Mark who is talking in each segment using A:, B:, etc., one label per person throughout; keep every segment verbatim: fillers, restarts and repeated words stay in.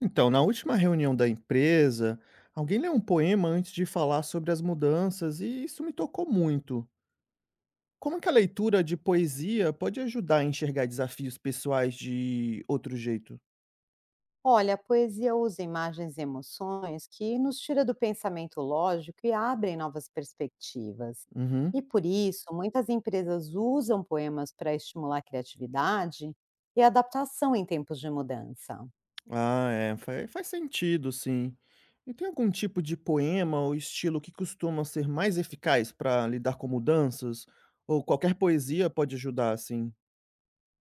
A: Então, na última reunião da empresa, alguém leu um poema antes de falar sobre as mudanças e isso me tocou muito. Como que a leitura de poesia pode ajudar a enxergar desafios pessoais de outro jeito?
B: Olha, a poesia usa imagens e emoções que nos tira do pensamento lógico e abrem novas perspectivas. E
A: Uhum.
B: por isso, muitas empresas usam poemas para estimular a criatividade e a adaptação em tempos de mudança.
A: Ah, é, faz, faz sentido, sim. E tem algum tipo de poema ou estilo que costuma ser mais eficaz para lidar com mudanças? Ou qualquer poesia pode ajudar, assim?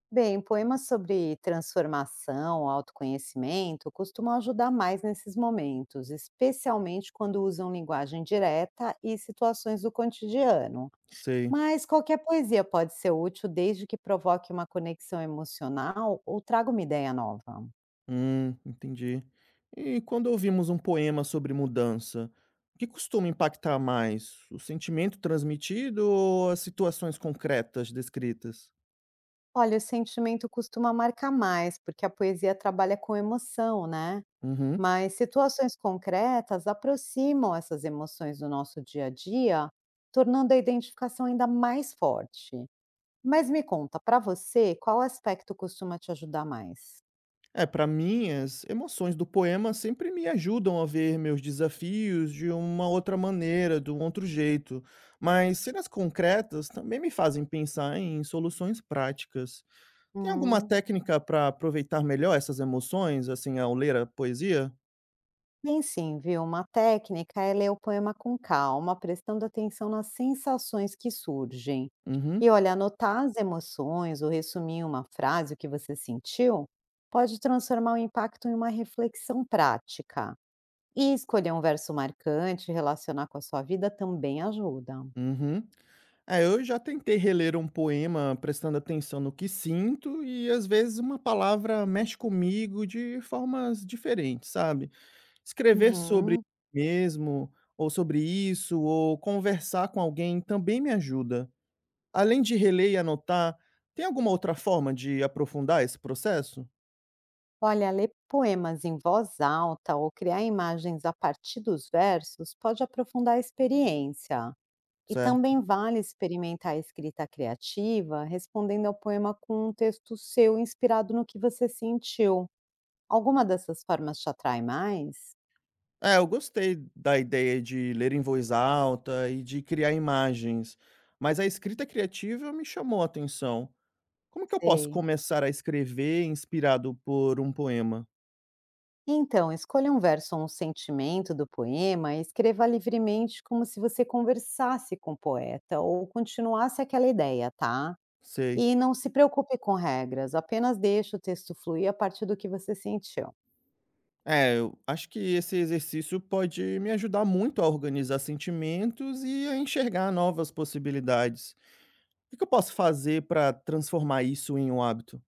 B: Bem, poemas sobre transformação, autoconhecimento costumam ajudar mais nesses momentos, especialmente quando usam linguagem direta e situações do cotidiano.
A: Sei.
B: Mas qualquer poesia pode ser útil desde que provoque uma conexão emocional ou traga uma ideia nova.
A: Hum, entendi. E quando ouvimos um poema sobre mudança, o que costuma impactar mais? O sentimento transmitido ou as situações concretas descritas?
B: Olha, o sentimento costuma marcar mais, porque a poesia trabalha com emoção, né?
A: Uhum.
B: Mas situações concretas aproximam essas emoções do nosso dia a dia, tornando a identificação ainda mais forte. Mas me conta, para você, qual aspecto costuma te ajudar mais?
A: É, para mim, as emoções do poema sempre me ajudam a ver meus desafios de uma outra maneira, de um outro jeito. Mas cenas concretas também me fazem pensar em soluções práticas. Tem alguma
B: Hum.
A: técnica para aproveitar melhor essas emoções, assim, ao ler a poesia?
B: Tem sim, viu? Uma técnica é ler o poema com calma, prestando atenção nas sensações que surgem.
A: Uhum.
B: E olha, anotar as emoções ou resumir em uma frase o que você sentiu pode transformar o impacto em uma reflexão prática. E escolher um verso marcante, relacionar com a sua vida também ajuda.
A: Uhum. É, eu já tentei reler um poema prestando atenção no que sinto e às vezes uma palavra mexe comigo de formas diferentes, sabe? Escrever sobre
B: Uhum.
A: mesmo ou sobre isso ou conversar com alguém também me ajuda. Além de reler e anotar, tem alguma outra forma de aprofundar esse processo?
B: Olha, ler poemas em voz alta ou criar imagens a partir dos versos pode aprofundar a experiência. E
A: Certo.
B: também vale experimentar a escrita criativa, respondendo ao poema com um texto seu inspirado no que você sentiu. Alguma dessas formas te atrai mais?
A: É, eu gostei da ideia de ler em voz alta e de criar imagens, mas a escrita criativa me chamou a atenção. Como que eu posso
B: Sei.
A: começar a escrever inspirado por um poema?
B: Então, escolha um verso ou um sentimento do poema e escreva livremente como se você conversasse com o poeta ou continuasse aquela ideia, tá?
A: Sei.
B: E não se preocupe com regras, apenas deixe o texto fluir a partir do que você sentiu.
A: É, eu acho que esse exercício pode me ajudar muito a organizar sentimentos e a enxergar novas possibilidades. O que eu posso fazer para transformar isso em um hábito?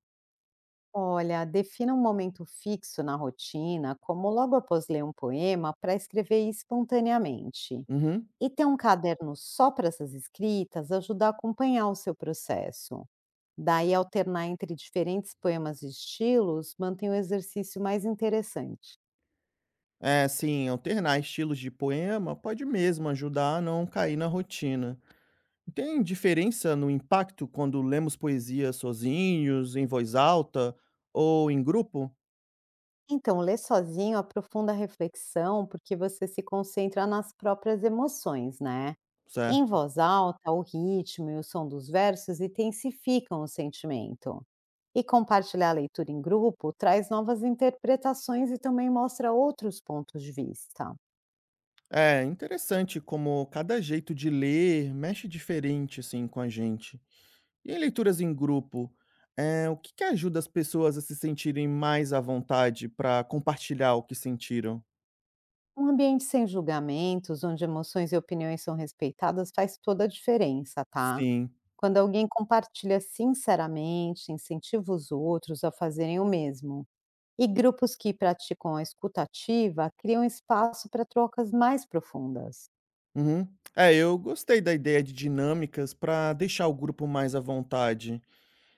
B: Olha, defina um momento fixo na rotina, como logo após ler um poema, para escrever espontaneamente.
A: Uhum.
B: E ter um caderno só para essas escritas ajuda a acompanhar o seu processo. Daí, alternar entre diferentes poemas e estilos mantém o exercício mais interessante.
A: É, sim, alternar estilos de poema pode mesmo ajudar a não cair na rotina. Tem diferença no impacto quando lemos poesia sozinhos, em voz alta ou em grupo?
B: Então, ler sozinho aprofunda a reflexão, porque você se concentra nas próprias emoções, né? Em
A: Certo.
B: voz alta, o ritmo e o som dos versos intensificam o sentimento. E compartilhar a leitura em grupo traz novas interpretações e também mostra outros pontos de vista.
A: É interessante como cada jeito de ler mexe diferente, assim, com a gente. E em leituras em grupo, é o que que ajuda as pessoas a se sentirem mais à vontade para compartilhar o que sentiram?
B: Um ambiente sem julgamentos, onde emoções e opiniões são respeitadas, faz toda a diferença, tá?
A: Sim.
B: Quando alguém compartilha sinceramente, incentiva os outros a fazerem o mesmo. E grupos que praticam a escutativa criam espaço para trocas mais profundas.
A: Uhum. É, eu gostei da ideia de dinâmicas para deixar o grupo mais à vontade.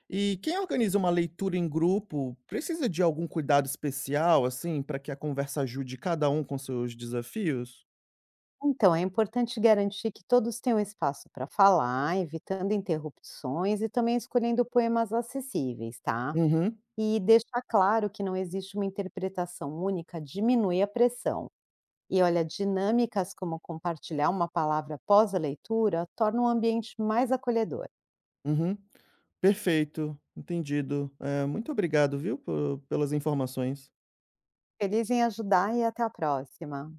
A: E quem organiza uma leitura em grupo precisa de algum cuidado especial, assim, para que a conversa ajude cada um com seus desafios?
B: Então, é importante garantir que todos tenham espaço para falar, evitando interrupções e também escolhendo poemas acessíveis, tá?
A: Uhum.
B: E deixar claro que não existe uma interpretação única diminui a pressão. E olha, dinâmicas como compartilhar uma palavra após a leitura tornam o ambiente mais acolhedor.
A: Uhum. Perfeito, entendido. Eh, muito obrigado, viu, po pelas informações.
B: Feliz em ajudar e até a próxima!